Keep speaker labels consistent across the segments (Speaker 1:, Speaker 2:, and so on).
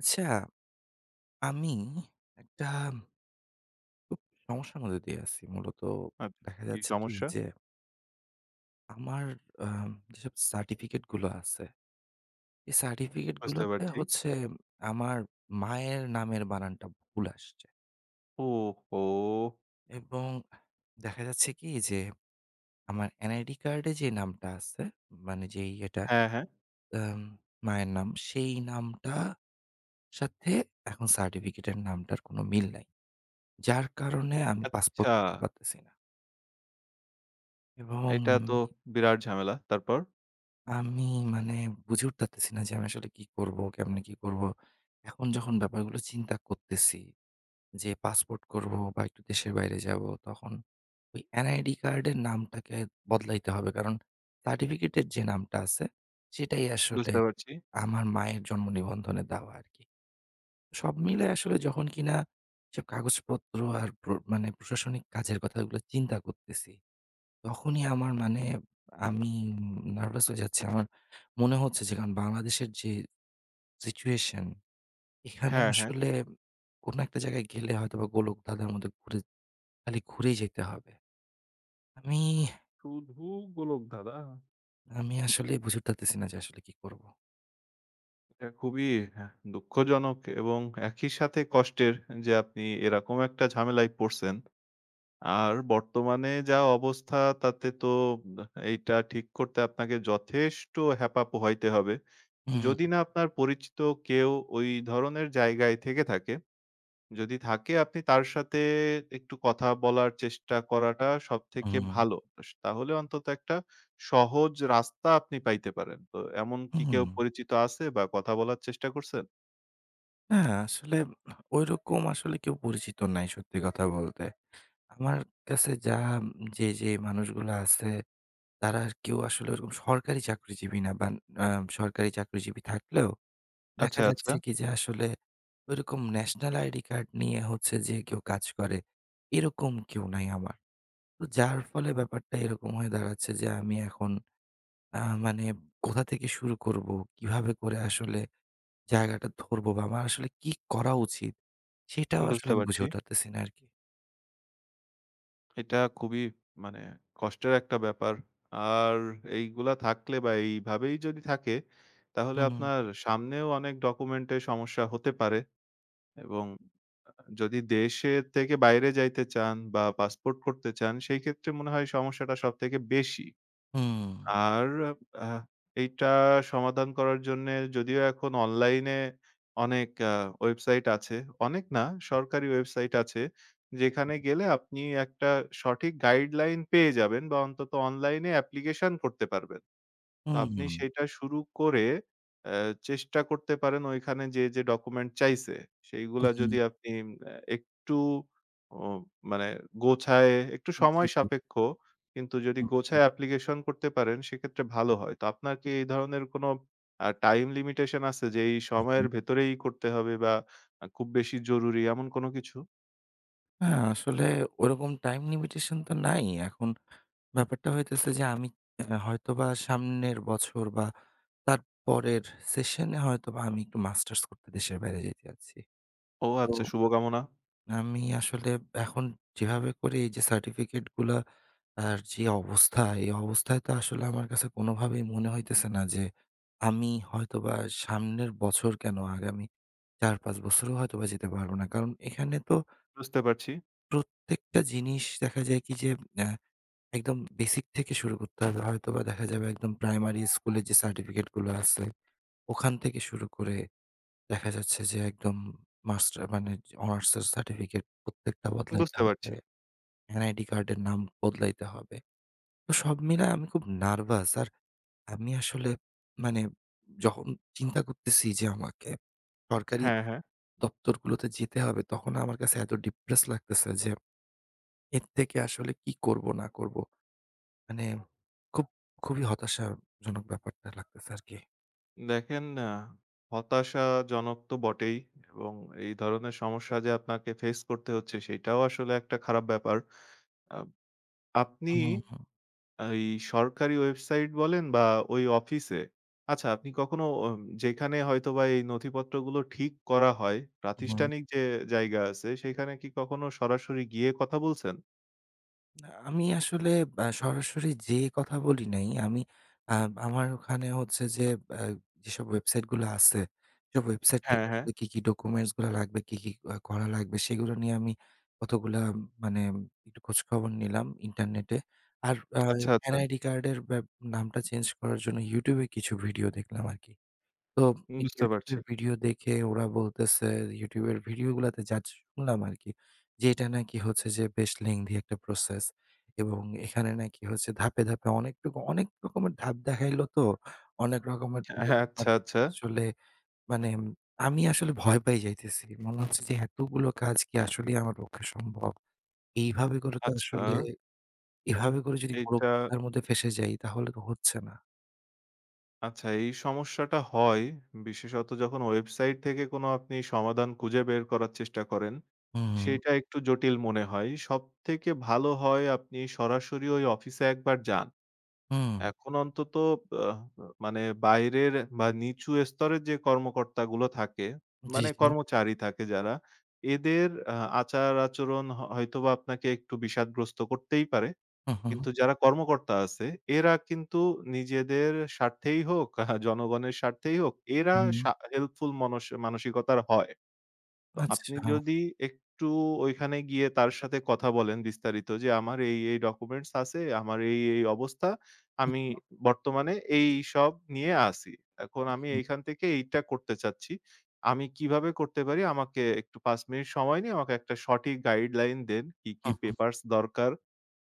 Speaker 1: আচ্ছা, আমি একটা খুব সমস্যার মধ্যে দিয়ে আছি। মূলত
Speaker 2: আব
Speaker 1: দেখা
Speaker 2: কি
Speaker 1: যাচ্ছে কি
Speaker 2: সমস্যা?
Speaker 1: যে আমার যেসব সার্টিফিকেট গুলো আছে, এই সার্টিফিকেট
Speaker 2: বুঝতে
Speaker 1: গুলোতে
Speaker 2: পারছি।
Speaker 1: হচ্ছে আমার মায়ের নামের বানানটা ভুল আসছে।
Speaker 2: ওহো!
Speaker 1: এবং দেখা যাচ্ছে কি যে আমার NID কার্ডে যে নামটা আছে, মানে যেই এটা
Speaker 2: হ্যাঁ, হ্যাঁ।
Speaker 1: আম মায়ের নাম, সেই নামটা সাথে এখন সার্টিফিকেটের নামটার কোনো মিল নাই। যার কারণে আমি পাসপোর্ট
Speaker 2: আচ্ছা,
Speaker 1: করতে পারতেছি না। এবং
Speaker 2: এটা তো বিরাট ঝামেলা। তারপর?
Speaker 1: আমি মানে বুঝে উঠতেছি না যে আমি আসলে কি করব? কেমনে কি করব? এখন যখন ব্যাপারগুলো চিন্তা করতেছি যে পাসপোর্ট করব বা একটু দেশের বাইরে যাব তখন ওই NID কার্ডের নামটাকে বদলাইতে হবে। কারণ সার্টিফিকেটের যে নামটা আছে সেটাই আসলে
Speaker 2: বুঝতে পারছি।
Speaker 1: আমার মায়ের জন্ম নিবন্ধনে দেওয়া আরকি। সব মিলে আসলে যখন কিনা এসব কাগজপত্র আর মানে প্রশাসনিক কাজের কথাগুলো চিন্তা করতেছি তখনই আমার মানে আমি নার্ভাস হয়ে যাচ্ছি। আমার মনে হচ্ছে যে কারণ বাংলাদেশের যে সিচুয়েশন এখানে
Speaker 2: হ্যাঁ, হ্যাঁ।
Speaker 1: আসলে কোনো একটা জায়গায় গেলে হয়তোবা গোলকধাঁধার মধ্যে ঘুরে খালি ঘুরেই যেতে হবে। আমি
Speaker 2: শুধু গোলক ধাঁধা।
Speaker 1: আমি আসলে বুঝে উঠতেছি না যে আসলে কি করব?
Speaker 2: এটা খুবই হ্যাঁ, দুঃখজনক এবং একই সাথে কষ্টের যে আপনি এরকম একটা ঝামেলায় পড়ছেন। আর বর্তমানে যা অবস্থা তাতে তো এইটা ঠিক করতে আপনাকে যথেষ্ট হ্যাপা পোহাইতে হবে।
Speaker 1: হুম,
Speaker 2: যদি না আপনার পরিচিত কেউ ওই ধরনের জায়গায় থেকে থাকে, যদি থাকে আপনি তার সাথে একটু কথা বলার চেষ্টা করাটা সবথেকে
Speaker 1: হুম,
Speaker 2: ভালো। তাহলে অন্তত একটা সহজ রাস্তা আপনি পাইতে পারেন। তো এমন কি
Speaker 1: হুম।
Speaker 2: কেউ পরিচিত আছে বা কথা বলার চেষ্টা করছেন?
Speaker 1: না আসলে ঐরকম আসলে কেউ পরিচিত নাই সত্যি কথা বলতে। আমার কাছে যা যে, যে মানুষগুলা আছে তারা আর কেউ আসলে ওরকম সরকারি চাকরিজীবী না বা আ সরকারি চাকরিজীবী থাকলেও দেখা
Speaker 2: আচ্ছা, আচ্ছা।
Speaker 1: যাচ্ছে কি যে আসলে ওইরকম ন্যাশনাল আইডি কার্ড নিয়ে হচ্ছে যে কেউ কাজ করে, এরকম কেউ নাই আমার। তো যার ফলে ব্যাপারটা এরকম হয়ে দাঁড়াচ্ছে যে আমি এখন আ মানে কোথা থেকে শুরু করব? কিভাবে করে আসলে জায়গাটা ধরবো বা আমার আসলে কি করা উচিত? সেটাও আসলে
Speaker 2: বুঝতে
Speaker 1: আমি বুঝে
Speaker 2: পারছি।
Speaker 1: উঠাতেছি না আরকি।
Speaker 2: এটা খুবই মানে কষ্টের একটা ব্যাপার। আর এইগুলা থাকলে বা এইভাবেই যদি থাকে তাহলে
Speaker 1: হুম,
Speaker 2: আপনার সামনেও অনেক ডকুমেন্টের সমস্যা হতে পারে এবং যদি দেশের থেকে বাইরে যাইতে চান বা পাসপোর্ট করতে চান, সেই ক্ষেত্রে মনে হয় সমস্যাটা সবথেকে বেশি।
Speaker 1: হুম,
Speaker 2: আর আহ এইটা সমাধান করার জন্যে যদিও এখন অনলাইনে অনেক ওয়েবসাইট আছে। অনেক না, সরকারি ওয়েবসাইট আছে। যেখানে গেলে আপনি একটা সঠিক গাইডলাইন পেয়ে যাবেন বা অন্তত অনলাইনে অ্যাপ্লিকেশন করতে পারবেন। তো
Speaker 1: হুম,
Speaker 2: আপনি
Speaker 1: হুম,
Speaker 2: সেইটা শুরু করে অ্যা চেষ্টা করতে পারেন ওইখানে যে ডকুমেন্ট চাইছে, সেইগুলা যদি আপনি একটু ও মানে গোছায় একটু
Speaker 1: জি,
Speaker 2: সময়
Speaker 1: জি।
Speaker 2: সাপেক্ষ। কিন্তু যদি
Speaker 1: হুম,
Speaker 2: গোছায় অ্যাপ্লিকেশন করতে পারেন সেক্ষেত্রে ভালো হয়। তো আপনার কি এই ধরনের কোনো টাইম লিমিটেশন আছে যে এই
Speaker 1: হুম।
Speaker 2: সময়ের ভেতরেই করতে হবে বা খুব বেশি জরুরি এমন কোনো কিছু?
Speaker 1: হ্যাঁ, আসলে ওরকম টাইম লিমিটেশন তো নাই। এখন ব্যাপারটা হইতেছে যে আমি হয়তোবা সামনের বছর বা তারপরের সেশনে হয়তোবা আমি একটু মাস্টার্স করতে দেশের বাইরে যেতে চাচ্ছি।
Speaker 2: ও
Speaker 1: তো
Speaker 2: আচ্ছা, শুভকামনা।
Speaker 1: আমি আসলে এখন যেভাবে করে এই যে সার্টিফিকেট গুলা আর যে অবস্থা, এই অবস্থায় তো আসলে আমার কাছে কোনোভাবেই মনে হইতেছে না যে আমি হয়তোবা সামনের বছর কেন আগামী ৪-৫ বছরেও হয়তোবা যেতে পারব না। কারণ এখানে তো
Speaker 2: বুঝতে পারছি,
Speaker 1: প্রত্যেকটা জিনিস দেখা যায় কি যে আ একদম বেসিক থেকে শুরু করতে হবে। হয়তোবা দেখা যাবে একদম প্রাইমারি স্কুলের যে সার্টিফিকেট গুলো আছে, ওখান থেকে শুরু করে দেখা যাচ্ছে যে একদম মানে অনার্সের সার্টিফিকেট প্রত্যেকটা বদলাইতে
Speaker 2: বুঝতে
Speaker 1: হবে।
Speaker 2: পারছি।
Speaker 1: এনআইডি কার্ডের নাম বদলাইতে হবে। তো সব মিলায় আমি খুব নার্ভাস। আর আমি আসলে মানে যখন চিন্তা করতেছি যে আমাকে সরকারি
Speaker 2: হ্যাঁ, হ্যাঁ।
Speaker 1: দপ্তরগুলোতে যেতে হবে, তখন আমার কাছে এত ডিপ্রেস লাগতেছে যে এর থেকে আসলে কি করব না করব। মানে খুব, খুবই হতাশাজনক ব্যাপারটা লাগতেছে আরকি।
Speaker 2: দেখেন হতাশাজনক তো বটেই এবং এই ধরনের সমস্যা যে আপনাকে ফেস করতে হচ্ছে সেটাও আসলে একটা খারাপ ব্যাপার। আ আপনি
Speaker 1: হুম, হুম,
Speaker 2: এই সরকারি ওয়েবসাইট বলেন বা ওই অফিসে আচ্ছা আপনি কখনো যেখানে হয়তোবা এই নথিপত্রগুলো ঠিক করা হয়,
Speaker 1: হুম।
Speaker 2: প্রাতিষ্ঠানিক যে জায়গা আছে সেখানে কি কখনো সরাসরি গিয়ে কথা বলছেন?
Speaker 1: না আমি আসলে সরাসরি যেয়ে কথা বলি নাই। আমি আ আমার ওখানে হচ্ছে যে আ যেসব ওয়েবসাইট গুলো আছে, সব ওয়েবসাইট থেকে
Speaker 2: হ্যাঁ, হ্যাঁ।
Speaker 1: আসলে কি, কি ডকুমেন্টস গুলা লাগবে, কি, কি করা লাগবে সেগুলো নিয়ে আমি কতগুলা মানে একটু খোঁজখবর নিলাম ইন্টারনেটে। আর
Speaker 2: আচ্ছা,
Speaker 1: প্যান
Speaker 2: আচ্ছা।
Speaker 1: আইডি কার্ডের নামটা চেঞ্জ করার জন্য YouTube এ কিছু ভিডিও দেখলাম আরকি। তো
Speaker 2: বুঝতে
Speaker 1: YouTube
Speaker 2: পারছি।
Speaker 1: এর ভিডিও দেখে ওরা বলতেছে YouTube এর ভিডিওগুলাতে যা শুনলাম আরকি যে এটা নাকি হচ্ছে যে বেশ lengthy একটা প্রসেস এবং এখানে নাকি হচ্ছে ধাপে, ধাপে অনেকটুকু অনেক রকমের ধাপ দেখাইলো তো অনেক রকমের পুরো
Speaker 2: হ্যাঁ, আচ্ছা,
Speaker 1: ব্যাপারটাকে
Speaker 2: আচ্ছা।
Speaker 1: আসলে মানে আমি আসলে ভয় পাই যাইতেছি। মনে হচ্ছে যে এতগুলো কাজ কি আসলেই আমার পক্ষে সম্ভব? এইভাবে করে তো
Speaker 2: আচ্ছা,
Speaker 1: আসলে এভাবে করে যদি
Speaker 2: এইটা
Speaker 1: গোলকধাঁধার মধ্যে ফেঁসে যাই তাহলে তো হচ্ছে না।
Speaker 2: আচ্ছা, এই সমস্যাটা হয় বিশেষত যখন ওয়েবসাইট থেকে কোনো আপনি সমাধান খুঁজে বের করার চেষ্টা করেন, হুম।
Speaker 1: হুম,
Speaker 2: সেইটা একটু জটিল মনে হয়। সবথেকে ভালো হয় আপনি সরাসরি ওই অফিসে একবার যান।
Speaker 1: হুম।
Speaker 2: এখন অন্তত আহ মানে বাইরের বা নিচু স্তরের যে কর্মকর্তাগুলো থাকে,
Speaker 1: জি,
Speaker 2: মানে
Speaker 1: জি।
Speaker 2: কর্মচারী থাকে যারা, এদের আচার-আচরণ হয়তোবা আপনাকে একটু বিষাদগ্রস্ত করতেই পারে।
Speaker 1: হু, হু।
Speaker 2: কিন্তু যারা কর্মকর্তা আছে এরা কিন্তু নিজেদের স্বার্থেই হোক, জনগণের স্বার্থেই হোক, এরা
Speaker 1: হুম।
Speaker 2: হেল্পফুল মানসিকতার হয়। তো আপনি
Speaker 1: আচ্ছা।
Speaker 2: যদি একটু ওইখানে গিয়ে তার সাথে কথা বলেন বিস্তারিত যে, "আমার এই ডকুমেন্টস আছে, আমার এই অবস্থা।
Speaker 1: হু,
Speaker 2: আমি
Speaker 1: হু,
Speaker 2: বর্তমানে এইসব নিয়ে আছি। এখন আমি
Speaker 1: হু,
Speaker 2: এইখান থেকে এইটা করতে চাচ্ছি। আমি কিভাবে করতে পারি? আমাকে একটু ৫ মিনিট সময় নিয়ে আমাকে একটা সঠিক গাইডলাইন দেন। কি পেপারস দরকার?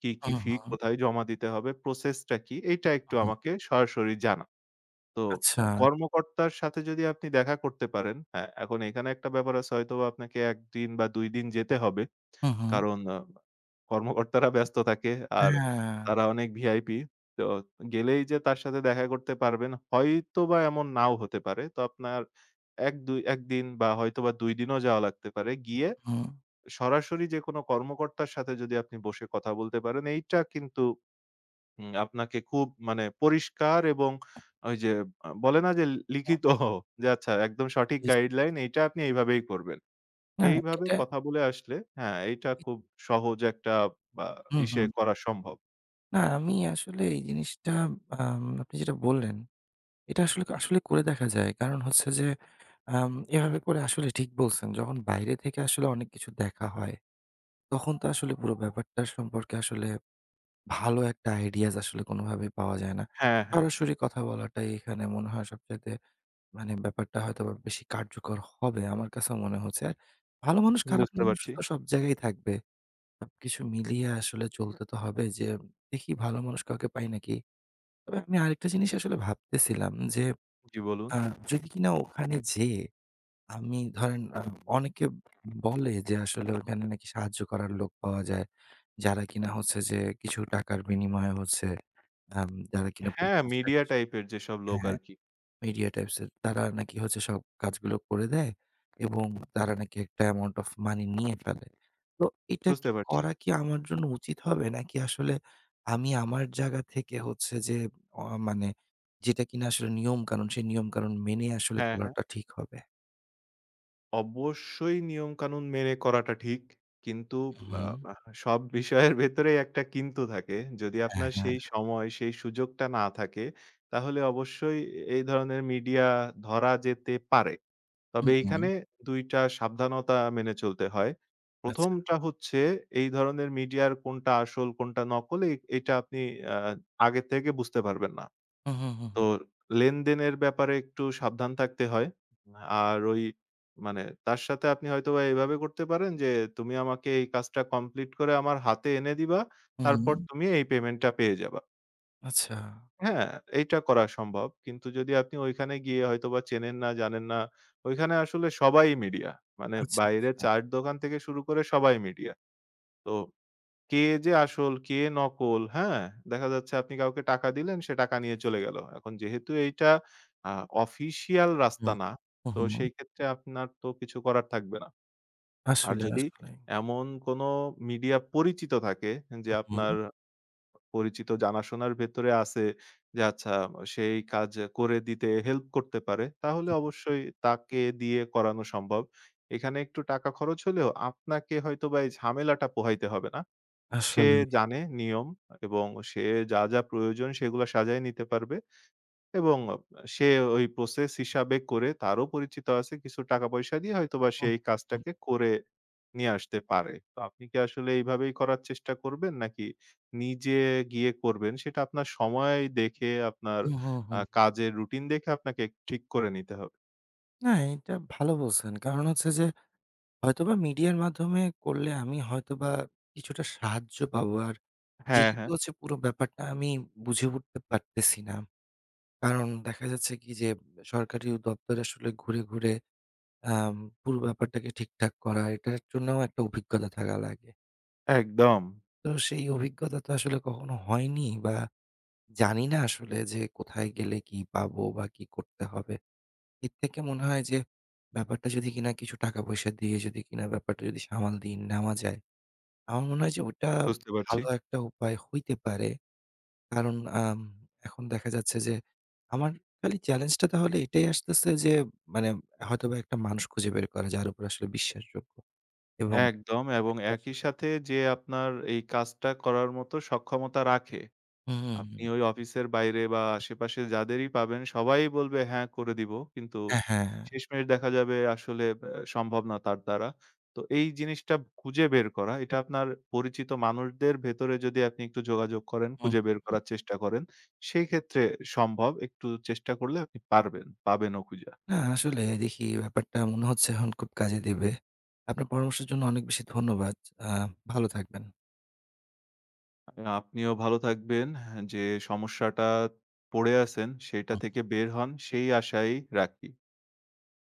Speaker 2: কি,
Speaker 1: হু,
Speaker 2: কি ফি
Speaker 1: হু,
Speaker 2: কোথায় জমা দিতে হবে? প্রসেসটা কি? এইটা
Speaker 1: হু,
Speaker 2: একটু
Speaker 1: হু।
Speaker 2: আমাকে সরাসরি জানান।" তো
Speaker 1: আচ্ছা।
Speaker 2: কর্মকর্তার সাথে যদি আপনি দেখা করতে পারেন, হ্যাঁ, এখন এখানে একটা ব্যাপার আছে হয়তোবা আপনাকে ১ দিন বা ২ দিন যেতে হবে।
Speaker 1: হু, হু।
Speaker 2: কারণ কর্মকর্তারা ব্যস্ত থাকে আর
Speaker 1: হ্যাঁ।
Speaker 2: তারা অনেক ভিআইপি। তো গেলেই যে তার সাথে দেখা করতে পারবেন হয়তোবা এমন নাও হতে পারে। তো আপনার ১, ২ ১ দিন বা হয়তোবা ২ দিনও যাওয়া লাগতে পারে। গিয়ে
Speaker 1: হু।
Speaker 2: সরাসরি যেকোনো কর্মকর্তার সাথে যদি আপনি বসে কথা বলতে পারেন এইটা কিন্তু হুম, আপনাকে খুব মানে পরিষ্কার এবং ওই যে বলে না যে লিখিত যে আচ্ছা একদম সঠিক
Speaker 1: ইস!
Speaker 2: গাইডলাইন এইটা আপনি এইভাবেই করবেন।
Speaker 1: না
Speaker 2: সেইভাবে
Speaker 1: এটা
Speaker 2: কথা বলে আসলে হ্যাঁ, এইটা খুব সহজ একটা বা
Speaker 1: হু, হু।
Speaker 2: ইসে করা সম্ভব।
Speaker 1: না আমি আসলে এই জিনিসটা আপনি যেটা বললেন, এটা আসলে আসলে করে দেখা যায়। কারণ হচ্ছে যে এভাবে করে আসলে ঠিক বলছেন। যখন বাইরে থেকে আসলে অনেক কিছু দেখা হয়, তখন তো আসলে পুরো ব্যাপারটা সম্পর্কে আসলে ভালো একটা আইডিয়াস আসলে কোনোভাবেই পাওয়া যায় না।
Speaker 2: হ্যাঁ, হ্যাঁ,
Speaker 1: সরাসরি কথা বলাটাই এখানে মনে হয় সবচাইতে মানে ব্যাপারটা হয়তোবা বেশি কার্যকর হবে আমার কাছেও মনে হচ্ছে। আর ভালো মানুষ খারাপ
Speaker 2: বুঝতে
Speaker 1: মানুষ
Speaker 2: পারছি।
Speaker 1: তো সব জায়গায় থাকবে। সবকিছু মিলিয়ে আসলে চলতে তো হবে যে দেখি ভালো মানুষ কাউকে পাই নাকি। তবে আমি আরেকটা জিনিস আসলে ভাবতেছিলাম যে
Speaker 2: জি বলুন।
Speaker 1: আ যদি কিনা ওখানে যেয়ে আমি ধরেন অনেকে বলে যে আসলে ওখানে নাকি সাহায্য করার লোক পাওয়া যায়। যারা কিনা হচ্ছে যে কিছু টাকার বিনিময়ে হচ্ছে যারা কিনা পুরো
Speaker 2: হ্যাঁ,
Speaker 1: কাজটাকে
Speaker 2: মিডিয়া টাইপের যেসব লোক
Speaker 1: হ্যাঁ।
Speaker 2: আরকি।
Speaker 1: মিডিয়া টাইপস এর তারা নাকি হচ্ছে সব কাজগুলো করে দেয় এবং তারা নাকি একটা অ্যামাউন্ট অফ মানি নিয়ে ফেলে। তো এটা
Speaker 2: বুঝতে
Speaker 1: কি
Speaker 2: পারছি।
Speaker 1: করা কি আমার জন্য উচিত হবে? নাকি আসলে আমি আমার জায়গা থেকে হচ্ছে যে অ মানে যেটা কিনা আসলে নিয়মকানুন, সেই নিয়মকানুন মেনে আসলে
Speaker 2: হ্যাঁ, হ্যাঁ।
Speaker 1: চলাটা ঠিক হবে?
Speaker 2: অবশ্যই নিয়মকানুন মেনে করাটা ঠিক। কিন্তু আ
Speaker 1: হুম,
Speaker 2: আহ সব বিষয়ের ভেতরেই একটা কিন্তু থাকে। যদি
Speaker 1: হ্যাঁ,
Speaker 2: আপনার
Speaker 1: হ্যাঁ।
Speaker 2: সেই সময়, সেই সুযোগটা না থাকে, তাহলে অবশ্যই এই ধরনের মিডিয়া ধরা যেতে পারে। তবে
Speaker 1: হুম, হুম,
Speaker 2: এইখানে ২ টা সাবধানতা মেনে চলতে হয়।
Speaker 1: আচ্ছা।
Speaker 2: ১ম টা হচ্ছে এই ধরনের মিডিয়ার কোনটা আসল, কোনটা নকল এটা আপনি আ আগে থেকে বুঝতে পারবেন না।
Speaker 1: হুম, হুম,
Speaker 2: তো
Speaker 1: হুম,
Speaker 2: লেনদেনের ব্যাপারে একটু সাবধান থাকতে হয়। আর ওই মানে তার সাথে আপনি হয়তোবা এভাবে করতে পারেন যে, "তুমি আমাকে এই কাজটা কমপ্লিট করে আমার হাতে এনে দিবা।
Speaker 1: হুম,
Speaker 2: তারপর
Speaker 1: হুম,
Speaker 2: তুমি এই পেমেন্টটা পেয়ে যাবা।"
Speaker 1: আচ্ছা,
Speaker 2: হ্যাঁ, এইটা করা সম্ভব। কিন্তু যদি আপনি ওইখানে গিয়ে হয়তোবা চেনেন না, জানেন না, ওইখানে আসলে সবাই মিডিয়া। মানে
Speaker 1: আচ্ছা,
Speaker 2: বাইরে
Speaker 1: আচ্ছা।
Speaker 2: চায়ের দোকান থেকে শুরু করে সবাই মিডিয়া। তো কে যে আসল, কে নকল, হ্যাঁ? দেখা যাচ্ছে আপনি কাউকে টাকা দিলেন, সে টাকা
Speaker 1: জি,
Speaker 2: নিয়ে
Speaker 1: জি।
Speaker 2: চলে গেল। এখন যেহেতু এইটা আ অফিসিয়াল রাস্তা
Speaker 1: হুম,
Speaker 2: না,
Speaker 1: হুম,
Speaker 2: তো
Speaker 1: হুম।
Speaker 2: সেই ক্ষেত্রে আপনার তো কিছু করার থাকবে না। আর
Speaker 1: আসলে,
Speaker 2: যদি
Speaker 1: আসলেই।
Speaker 2: এমন কোনো মিডিয়া পরিচিত থাকে যে
Speaker 1: হুম, হুম,
Speaker 2: আপনার পরিচিত জানাশোনার ভেতরে আছে যে আচ্ছা সেই কাজ করে দিতে হেল্প করতে পারে, তাহলে অবশ্যই তাকে দিয়ে করানো সম্ভব। এখানে একটু টাকা খরচ হলেও আপনাকে হয়তোবা এই ঝামেলাটা পোহাইতে হবে না। সে
Speaker 1: আসলেই।
Speaker 2: জানে নিয়ম এবং সে যা প্রয়োজন সেগুলা সাজায় নিতে পারবে এবং সে ওই প্রসেস হিসাবে করে তারও পরিচিত আছে। কিছু টাকা-পয়সা দিয়ে হয়তোবা সে
Speaker 1: হুম,
Speaker 2: এই
Speaker 1: হুম, হুম।
Speaker 2: কাজটাকে করে নিয়ে আসতে পারে। তো আপনি কি আসলে এইভাবেই করার চেষ্টা করবেন নাকি নিজে গিয়ে করবেন সেটা আপনার সময় দেখে আপনার
Speaker 1: হুম, হুম, হুম।
Speaker 2: কাজের রুটিন দেখে আপনাকে ঠিক করে নিতে হবে।
Speaker 1: না, এটা ভালো বলছেন। কারণ হচ্ছে যে হয়তোবা মিডিয়ার মাধ্যমে করলে আমি হয়তোবা কিছুটা সাহায্য পাবো। আর
Speaker 2: হ্যাঁ,
Speaker 1: যেহেতু
Speaker 2: হ্যাঁ।
Speaker 1: হচ্ছে পুরো ব্যাপারটা আমি বুঝে উঠতে পারতেছি না। কারণ দেখা যাচ্ছে কি যে সরকারি দপ্তরে আসলে ঘুরে, ঘুরে আম পুরো ব্যাপারটাকে ঠিকঠাক করা এটার জন্যও একটা অভিজ্ঞতা থাকা লাগে।
Speaker 2: একদম।
Speaker 1: তো সেই অভিজ্ঞতা তো আসলে কখনো হয়নি বা জানি না আসলে যে কোথায় গেলে কি পাবো বা কি করতে হবে। এর থেকে মনে হয় যে ব্যাপারটা যদি কিনা কিছু টাকা পয়সা দিয়ে যদি কিনা ব্যাপারটা যদি সামাল দিয়ে নেওয়া যায়, আমার মনে হয় যে ওটা
Speaker 2: বুঝতে পারছি।
Speaker 1: ভালো একটা উপায় হইতে পারে। কারণ এখন দেখা যাচ্ছে যে আমার খালি চ্যালেঞ্জটা তাহলে এটাই আসতেছে যে মানে হয়তোবা একটা মানুষ খুঁজে বের করা যার উপর আসলে বিশ্বাসযোগ্য এবং হুম।
Speaker 2: একদম এবং
Speaker 1: তাকে
Speaker 2: একই
Speaker 1: আসলে
Speaker 2: সাথে যে আপনার এই কাজটা করার মতো সক্ষমতা রাখে।
Speaker 1: হুম, হুম,
Speaker 2: আপনি
Speaker 1: হুম।
Speaker 2: ওই অফিসের বাইরে বা আশেপাশে যাদেরই পাবেন সবাই বলবে, "হ্যাঁ, করে দিব।" কিন্তু
Speaker 1: হ্যাঁ, হ্যাঁ। হ্যাঁ,
Speaker 2: শেষমেশ দেখা যাবে আসলে সম্ভব না তার দ্বারা। তো এই জিনিসটা খুঁজে বের করা, এটা আপনার পরিচিত মানুষদের ভেতরে যদি আপনি একটু যোগাযোগ করেন,
Speaker 1: হুম,
Speaker 2: খুঁজে বের
Speaker 1: হুম।
Speaker 2: করার চেষ্টা করেন, সেই ক্ষেত্রে সম্ভব। একটু চেষ্টা করলে আপনি পারবেন, পাবেনও খুঁজা।
Speaker 1: না আসলে দেখি ব্যাপারটা মনে হচ্ছে এখন খুব কাজে দিবে। আপনার পরামর্শের জন্য অনেক বেশি ধন্যবাদ। আ ভালো থাকবেন।
Speaker 2: আপনিও ভালো থাকবেন। যে সমস্যাটা পড়ে আছেন, সেটা থেকে বের হন, সেই আশাই রাখি।